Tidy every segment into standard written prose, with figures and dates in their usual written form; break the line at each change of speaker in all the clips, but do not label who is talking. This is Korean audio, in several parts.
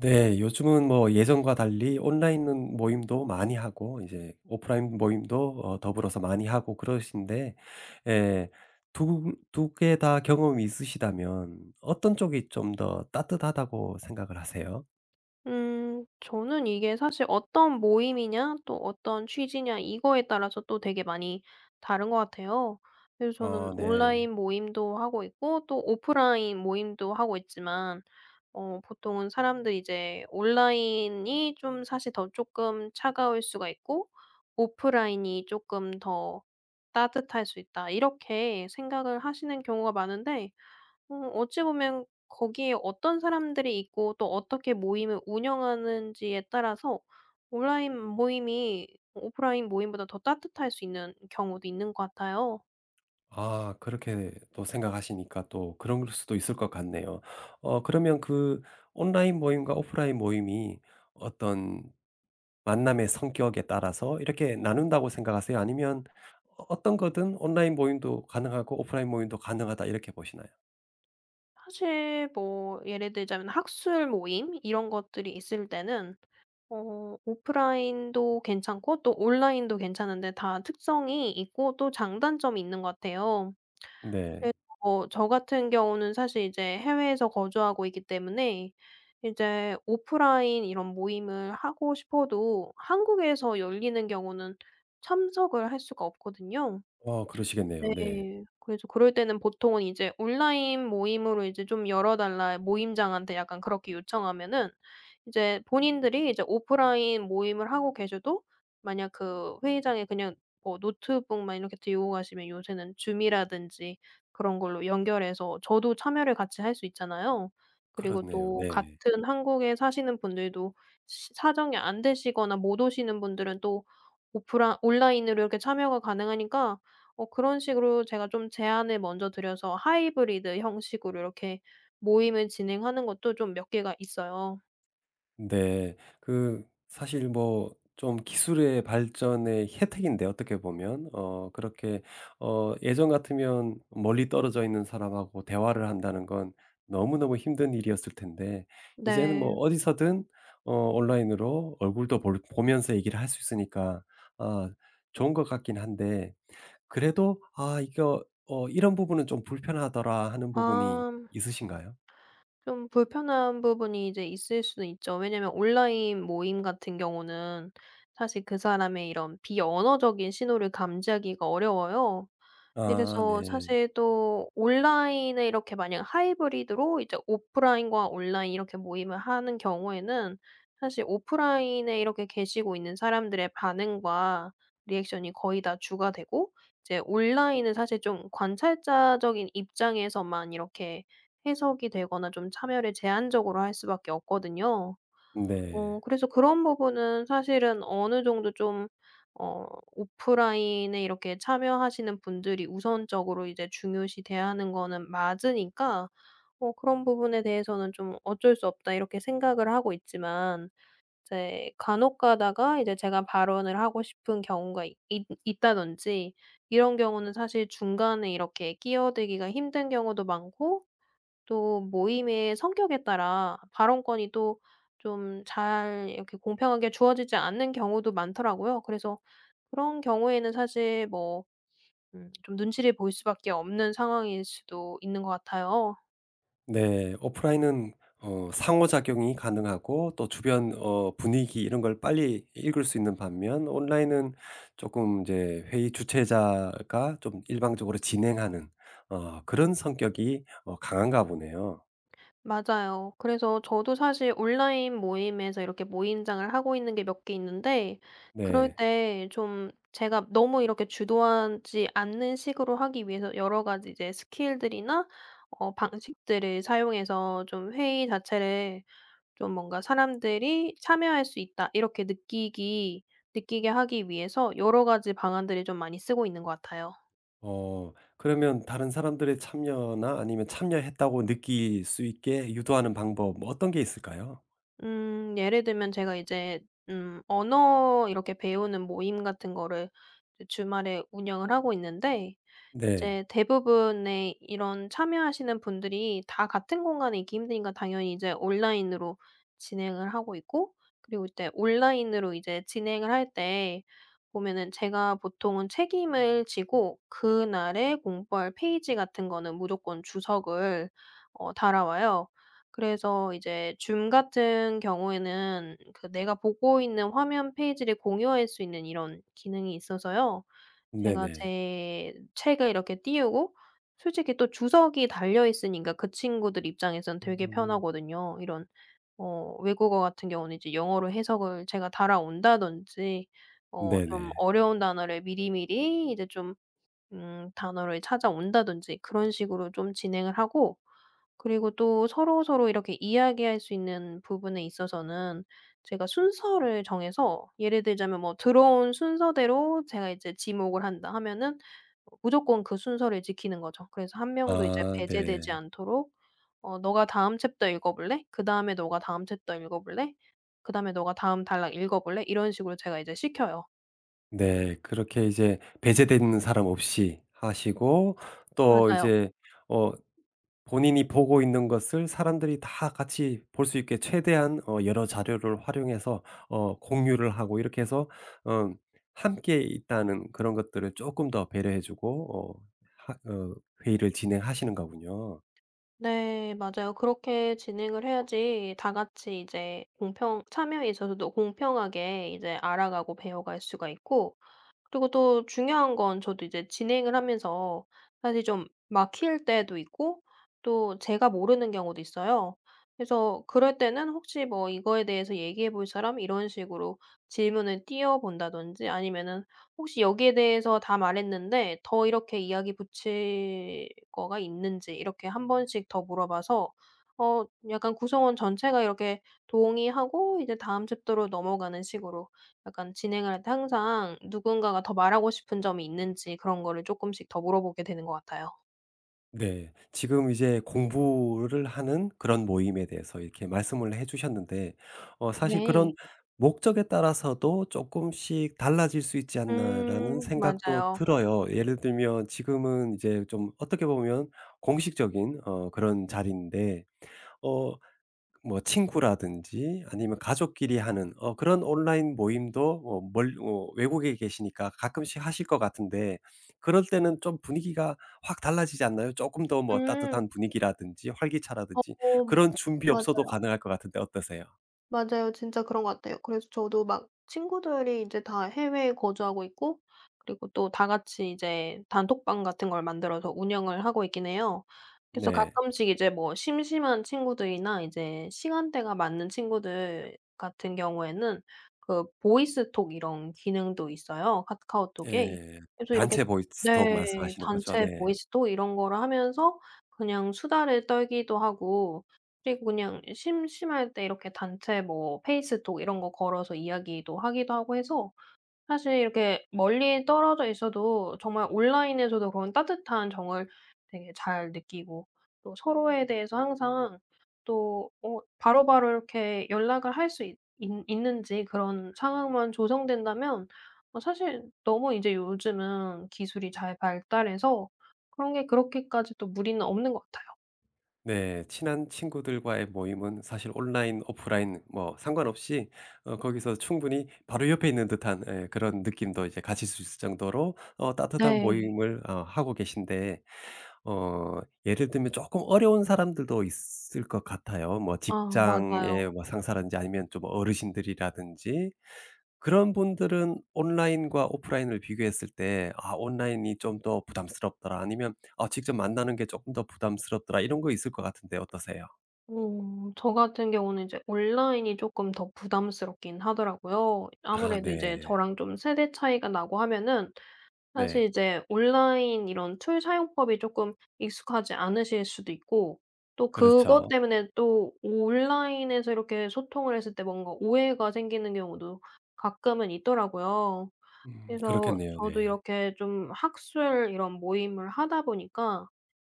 네. 요즘은 뭐 예전과 달리 온라인 모임도 많이 하고 이제 오프라인 모임도 더불어서 많이 하고 그러신데. 예. 두 두 개 다 경험이 있으시다면 어떤 쪽이 좀 더 따뜻하다고 생각을 하세요?
저는 이게 사실 어떤 모임이냐, 또 어떤 취지냐, 이거에 따라서 또 되게 많이 다른 것 같아요. 그래서 저는
네.
온라인 모임도 하고 있고 또 오프라인 모임도 하고 있지만, 보통은 사람들이 이제 온라인이 좀 사실 더 조금 차가울 수가 있고 오프라인이 조금 더 따뜻할 수 있다, 이렇게 생각을 하시는 경우가 많은데, 어찌 보면 거기에 어떤 사람들이 있고 또 어떻게 모임을 운영하는지에 따라서 온라인 모임이 오프라인 모임보다 더 따뜻할 수 있는 경우도 있는 것 같아요.
아, 그렇게 또 생각하시니까 또 그런 걸 수도 있을 것 같네요. 그러면 그 온라인 모임과 오프라인 모임이 어떤 만남의 성격에 따라서 이렇게 나눈다고 생각하세요? 아니면 어떤 거든 '온라인 모임도 가능하고 오프라인 모임도 가능하다.' 이렇게 보시나요?
사실 뭐 예를 들자면 학술 모임 이런 것들이 있을 때는 오프라인도 괜찮고 또 온라인도 괜찮은데, 다 특성이 있고 또 장단점이 있는 것 같아요.
네.
그래서 뭐 저 같은 경우는 사실 이제 해외에서 거주하고 있기 때문에 이제 오프라인 이런 모임을 하고 싶어도 한국에서 열리는 경우는 참석을 할 수가 없거든요.
그러시겠네요. 네.
네. 그래서 그럴 때는 보통은 이제 온라인 모임으로 이제 좀 열어 달라 모임장한테 약간 그렇게 요청하면은, 이제 본인들이 이제 오프라인 모임을 하고 계셔도 만약 그 회의장에 그냥 뭐 노트북만 이렇게 들고 가시면 요새는 줌이라든지 그런 걸로 연결해서 저도 참여를 같이 할 수 있잖아요. 그리고
그렇네요.
또
네.
같은 한국에 사시는 분들도 시 사정이 안 되시거나 못 오시는 분들은 또 오프라 온라인으로 이렇게 참여가 가능하니까, 그런 식으로 제가 좀 제안을 먼저 드려서 하이브리드 형식으로 이렇게 모임을 진행하는 것도 좀 몇 개가 있어요.
네. 그 사실 뭐 좀 기술의 발전의 혜택인데 어떻게 보면 그렇게 예전 같으면 멀리 떨어져 있는 사람하고 대화를 한다는 건 너무너무 힘든 일이었을 텐데, 이제는 뭐
네.
어디서든 온라인으로 얼굴도 볼 보면서 얘기를 할 수 있으니까 아, 좋은 것 같긴 한데 그래도 '아, 이거 이런 부분은 좀 불편하더라.' 하는 부분이
아,
있으신가요?
좀 불편한 부분이 이제 있을 수는 있죠. 왜냐면 온라인 모임 같은 경우는 사실 그 사람의 이런 비언어적인 신호를 감지하기가 어려워요.
아,
이래서
네.
사실 또 온라인에 이렇게 만약 하이브리드로 이제 오프라인과 온라인 이렇게 모임을 하는 경우에는 사실 오프라인에 이렇게 계시고 있는 사람들의 반응과 리액션이 거의 다 주가 되고, 이제 온라인은 사실 좀 관찰자적인 입장에서만 이렇게 해석이 되거나 좀 참여를 제한적으로 할 수밖에 없거든요.
네.
그래서 그런 부분은 사실은 어느 정도 좀 어 오프라인에 이렇게 참여하시는 분들이 우선적으로 이제 중요시 대하는 거는 맞으니까, 그런 부분에 대해서는 좀 '어쩔 수 없다.' 이렇게 생각을 하고 있지만, 이제 간혹 가다가 이제 제가 발언을 하고 싶은 경우가 있다든지, 이런 경우는 사실 중간에 이렇게 끼어들기가 힘든 경우도 많고, 또 모임의 성격에 따라 발언권이 또 좀 잘 이렇게 공평하게 주어지지 않는 경우도 많더라고요. 그래서 그런 경우에는 사실 뭐 좀 눈치를 보일 수밖에 없는 상황일 수도 있는 것 같아요.
네. 오프라인은 상호작용이 가능하고 또 주변 분위기 이런 걸 빨리 읽을 수 있는 반면, 온라인은 조금 이제 회의 주최자가 좀 일방적으로 진행하는 그런 성격이 강한가 보네요.
맞아요. 그래서 저도 사실 온라인 모임에서 이렇게 모임장을 하고 있는 게 몇 개 있는데, 그럴
네.
때 좀 제가 너무 이렇게 주도하지 않는 식으로 하기 위해서 여러 가지 이제 스킬들이나 방식들을 사용해서 좀 회의 자체를 좀 뭔가 '사람들이 참여할 수 있다.' 이렇게 느끼기 느끼게 하기 위해서 여러 가지 방안들을 좀 많이 쓰고 있는 것 같아요.
어 그러면 다른 사람들의 참여나 아니면 참여했다고 느낄 수 있게 유도하는 방법 뭐 어떤 게 있을까요?
예를 들면 제가 이제 언어 이렇게 배우는 모임 같은 거를 이제 주말에 운영을 하고 있는데,
네.
이제 대부분의 이런 참여하시는 분들이 다 같은 공간에 있기 힘드니까 당연히 이제 온라인으로 진행을 하고 있고, 그리고 이때 온라인으로 이제 진행을 할 때 보면은 제가 보통은 책임을 지고 그날에 공부할 페이지 같은 거는 무조건 주석을 달아와요. 그래서 이제 줌 같은 경우에는 그 내가 보고 있는 화면 페이지를 공유할 수 있는 이런 기능이 있어서요. 제가
네네.
제 책을 이렇게 띄우고 솔직히 또 주석이 달려 있으니까 그 친구들 입장에선 되게
음.
편하거든요. 이런 외국어 같은 경우는 이제 영어로 해석을 제가 달아온다든지, 좀
네네.
어려운 단어를 미리미리 이제 좀 단어를 찾아온다든지, 그런 식으로 좀 진행을 하고, 그리고 또 서로서로 이렇게 이야기할 수 있는 부분에 있어서는 제가 순서를 정해서, 예를 들자면 뭐 들어온 순서대로 제가 이제 지목을 한다 하면은 무조건 그 순서를 지키는 거죠. 그래서 한 명도 이제
아,
배제되지
네.
않도록 "너가 다음 챕터 읽어볼래? 그다음에 너가 다음 챕터 읽어볼래? 그다음에 너가 다음 단락 읽어볼래?" 이런 식으로 제가 이제 시켜요.
네. 그렇게 이제 배제되는 사람 없이 하시고 또
맞아요.
이제 어 본인이 보고 있는 것을 사람들이 다 같이 볼 수 있게 최대한 여러 자료를 활용해서 공유를 하고 이렇게 해서 어 함께 있다는 그런 것들을 조금 더 배려해 주고 하 어 회의를 진행하시는 거군요.
네, 맞아요. 그렇게 진행을 해야지 다 같이 이제 공평 참여에 있어서도 공평하게 이제 알아가고 배워갈 수가 있고, 그리고 또 중요한 건 저도 이제 진행을 하면서 사실 좀 막힐 때도 있고 또 제가 모르는 경우도 있어요. 그래서 그럴 때는 혹시 뭐 "이거에 대해서 얘기해 볼 사람?" 이런 식으로 질문을 띄워 본다든지, 아니면은 "혹시 여기에 대해서 다 말했는데 더 이렇게 이야기 붙일 거가 있는지." 이렇게 한 번씩 더 물어봐서, 어 약간 구성원 전체가 이렇게 동의하고 이제 다음 챕터로 넘어가는 식으로, 약간 진행을 할 때 항상 누군가가 더 말하고 싶은 점이 있는지 그런 거를 쪼끔씩 더 물어보게 되는 것 같아요.
네. 지금 이제 공부를 하는 그런 모임에 대해서 이렇게 말씀을 해 주셨는데 사실 그런
네.
목적에 따라서도 조금씩 달라질 수 있지 않나.'라는 생각도
맞아요.
들어요. 예를 들면 지금은 이제 좀 어떻게 보면 공식적인 그런 자리인데 어 뭐 친구라든지 아니면 가족끼리 하는 그런 온라인 모임도 어 멀 어 외국에 계시니까 가끔씩 하실 것 같은데 그럴 때는 좀 분위기가 확 달라지지 않나요? 조금 더 뭐
음.
따뜻한 분위기라든지 활기차라든지
어,
그런 준비 없어도
맞아요.
가능할 것 같은데 어떠세요?
맞아요. 진짜 그런 것 같아요. 그래서 저도 막 친구들이 이제 다 해외에 거주하고 있고, 그리고 또 다 같이 이제 단톡방 같은 걸 만들어서 운영을 하고 있긴 해요. 그래서
네.
가끔씩 이제 뭐 심심한 친구들이나 이제 시간대가 맞는 친구들 같은 경우에는 그 보이스톡 이런 기능도 있어요, 카카오톡에.
예.
그래서 이렇게.
단체 보이스톡
네.
말씀하시는 거죠?
단체
네.
보이스톡 이런 거를 하면서 그냥 수다를 떨기도 하고, 그리고 그냥 심심할 때 이렇게 단체 뭐 페이스톡 이런 거 걸어서 이야기도 하기도 하고 해서, 사실 이렇게 멀리 떨어져 있어도 정말 온라인에서도 그런 따뜻한 정을 되게 잘 느끼고, 또 서로에 대해서 항상 또 바로바로 이렇게 연락을 할 수 있 있 있는지 그런 상황만 조성된다면, 사실 너무 이제 요즘은 기술이 잘 발달해서 그런 게 그렇게까지 또 무리는 없는 것 같아요.
네. 친한 친구들과의 모임은 사실 온라인, 오프라인 뭐 상관없이 거기서 충분히 바로 옆에 있는 듯한, 예, 그런 느낌도 이제 가질 수 있을 정도로 따뜻한
네.
모임을 하고 계신데 어 예를 들면 조금 어려운 사람들도 있을 것 같아요. 뭐
아,
직장의
맞아요.
뭐 상사라든지 아니면 좀 어르신들이라든지 그런 분들은 온라인과 오프라인을 비교했을 때 '아, 온라인이 좀 더 부담스럽더라.' 아니면 '아, 직접 만나는 게 조금 더 부담스럽더라.' 이런 거 있을 것 같은데 어떠세요?
저 같은 경우는 이제 온라인이 조금 더 부담스럽긴 하더라고요.
아,
아무래도 이제
네.
저랑 좀 세대 차이가 나고 하면은 사실
네.
이제 온라인 이런 툴 사용법이 조금 익숙하지 않으실 수도 있고, 또 그것
그렇죠.
때문에 또 온라인에서 이렇게 소통을 했을 때 뭔가 오해가 생기는 경우도 가끔은 있더라고요.
음,
그래서
그렇겠네요.
저도
네.
이렇게 좀 학술 이런 모임을 하다 보니까,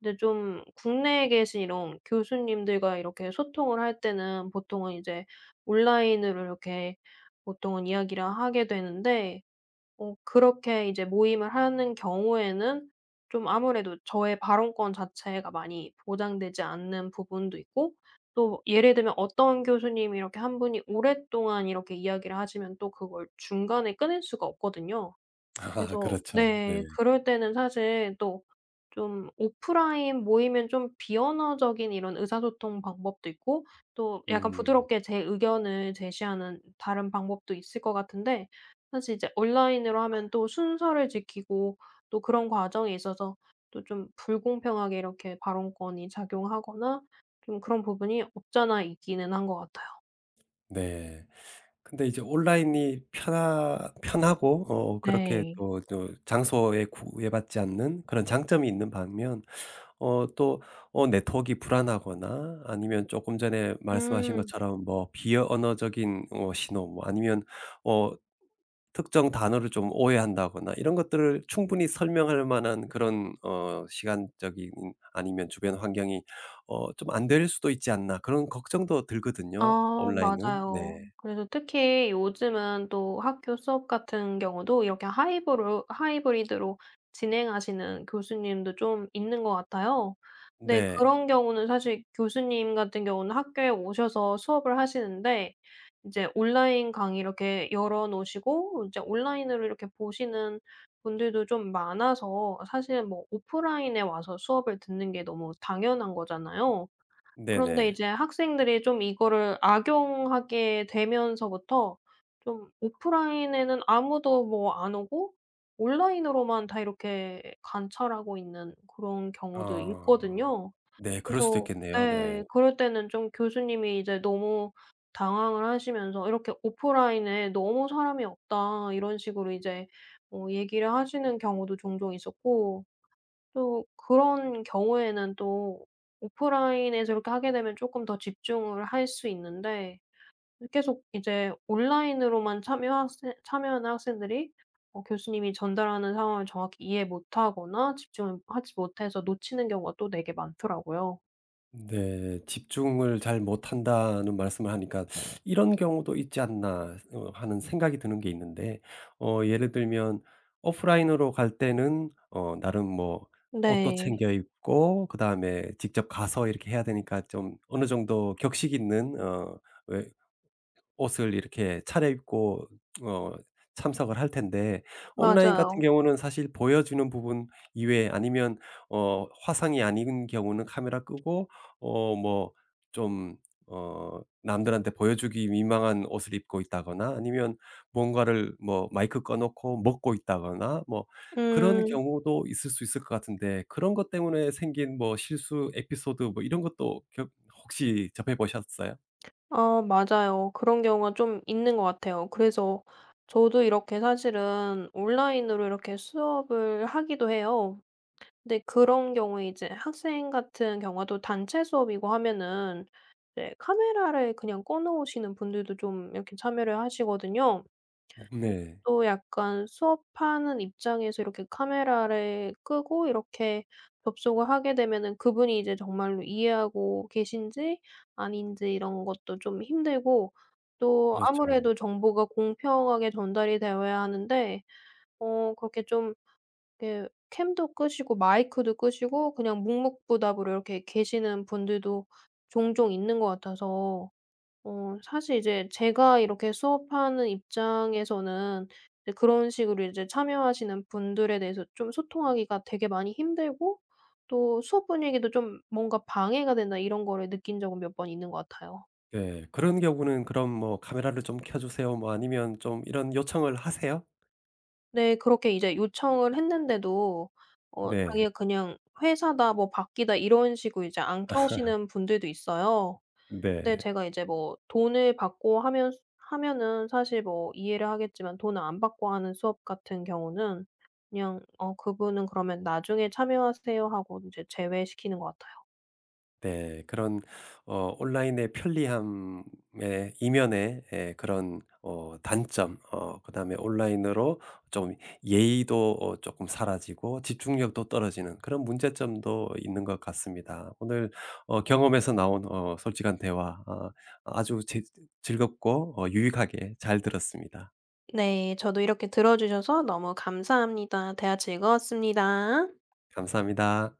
근데 좀 국내에 계신 이런 교수님들과 이렇게 소통을 할 때는 보통은 이제 온라인으로 이렇게 보통은 이야기를 하게 되는데, 그렇게 이제 모임을 하는 경우에는 좀 아무래도 저의 발언권 자체가 많이 보장되지 않는 부분도 있고, 또 예를 들면 어떤 교수님이 이렇게 한 분이 오랫동안 이렇게 이야기를 하시면 또 그걸 중간에 끊을 수가 없거든요.
아,
그래서
그렇죠. 네.
네, 그럴 때는 사실 또 좀 오프라인 모임은 좀 비언어적인 이런 의사소통 방법도 있고, 또 약간
음.
부드럽게 제 의견을 제시하는 다른 방법도 있을 것 같은데, 사실 이제 온라인으로 하면 또 순서를 지키고 또 그런 과정에 있어서 또 좀 불공평하게 이렇게 발언권이 작용하거나 좀 그런 부분이 없잖아 있기는 한 것 같아요.
네. 근데 이제 온라인이 편하고 그렇게
네.
또 장소에 구애받지 않는 그런 장점이 있는 반면 또 네트워크가 불안하거나 아니면 조금 전에 말씀하신
음.
것처럼 뭐 비언어적인 신호 뭐 아니면 어 특정 단어를 좀 오해한다거나 이런 것들을 충분히 설명할 만한 그런 시간적인 아니면 주변 환경이 좀 안 될 수도 있지 않나 그런 걱정도 들거든요,
아,
온라인은.
맞아요.
네.
그래서 특히 요즘은 또 학교 수업 같은 경우도 이렇게 하이브로 하이브리드로 진행하시는 교수님도 좀 있는 것 같아요. 근데
네.
그런 경우는 사실 교수님 같은 경우는 학교에 오셔서 수업을 하시는데, 이제 온라인 강의 이렇게 열어 놓으시고 이제 온라인으로 이렇게 보시는 분들도 좀 많아서 사실 뭐 오프라인에 와서 수업을 듣는 게 너무 당연한 거잖아요. 그런데
네네.
이제 학생들이 좀 이거를 악용하게 되면서부터 좀 오프라인에는 아무도 뭐 안 오고 온라인으로만 다 이렇게 관찰하고 있는 그런 경우도
아.
있거든요.
네. 그럴 수도
그래서
있겠네요. 네.
네, 그럴 때는 좀 교수님이 이제 너무 당황을 하시면서 이렇게 "오프라인에 너무 사람이 없다." 이런 식으로 이제 얘기를 하시는 경우도 종종 있었고, 또 그런 경우에는 또 오프라인에서 이렇게 하게 되면 쪼끔 더 집중을 할 수 있는데, 계속 이제 온라인으로만 참여한 학생 참여하는 학생들이 교수님이 전달하는 상황을 정확히 이해 못하거나 집중을 하지 못해서 놓치는 경우가 또 되게 많더라고요.
네. '집중을 잘 못한다.'는 말씀을 하니까 '이런 경우도 있지 않나.' 하는 생각이 드는 게 있는데 예를 들면 오프라인으로 갈 때는 나름 뭐 옷도
네.
챙겨 입고 그다음에 직접 가서 이렇게 해야 되니까 좀 어느 정도 격식 있는 어왜 옷을 이렇게 차려입고 어 참석을 할 텐데, 온라인 같은
맞아요.
경우는 사실 보여주는 부분 이외에 아니면 화상이 아닌 경우는 카메라 끄고 뭐좀 남들한테 보여주기 민망한 옷을 입고 있다거나 아니면 뭔가를 뭐 마이크 꺼 놓고 먹고 있다거나 뭐 그런
음.
경우도 있을 수 있을 것 같은데 그런 것 때문에 생긴 뭐 실수 에피소드 뭐 이런 것도 혹시 접해 보셨어요?
아, 맞아요. 그런 경우가 좀 있는 것 같아요. 그래서 저도 이렇게 사실은 온라인으로 이렇게 수업을 하기도 해요. 근데 그런 경우에 이제 학생 같은 경우도 단체 수업이고 하면은 이제 카메라를 그냥 꺼 놓으시는 분들도 좀 이렇게 참여를 하시거든요. 음
네.
또 약간 수업하는 입장에서 이렇게 카메라를 끄고 이렇게 접속을 하게 되면은 그분이 이제 정말로 이해하고 계신지 아닌지 이런 것도 좀 힘들고, 또
그렇죠.
아무래도 정보가 공평하게 전달이 되어야 하는데, 그렇게 좀 이렇게 캠도 끄시고 마이크도 끄시고 그냥 묵묵부답으로 이렇게 계시는 분들도 종종 있는 것 같아서, 사실 이제 제가 이렇게 수업하는 입장에서는 이제 그런 식으로 이제 참여하시는 분들에 대해서 좀 소통하기가 되게 많이 힘들고, 또 '수업 분위기도 좀 뭔가 방해가 된다.' 이런 거를 느낀 적은 몇 번 있는 것 같아요.
네. 그런 경우는 그럼 뭐 "카메라를 좀 켜 주세요." 뭐 아니면 좀 이런 요청을 하세요?
네. 그렇게 이제 요청을 했는데도
네.
자기가 그냥 "회사다." 뭐 "바뀌다." 이런 식으로 이제 안 켜시는 분들도 있어요. 근데
네.
제가 이제 뭐 돈을 받고 하면은 사실 뭐 이해를 하겠지만 돈을 안 받고 하는 수업 같은 경우는 그냥 "어, 그분은 그러면 나중에 참여하세요." 하고 이제 제외시키는 것 같아요.
네. 그런 온라인의 편리함의 이면에, 예, 그런 단점 그다음에 온라인으로 좀 예의도 쪼끔 사라지고 집중력도 떨어지는 그런 문제점도 있는 것 같습니다. 오늘 경험에서 나온 솔직한 대화, 아, 아주 제 즐겁고 유익하게 잘 들었습니다.
네. 저도 이렇게 들어 주셔서 너무 감사합니다. 대화 즐거웠습니다.
감사합니다.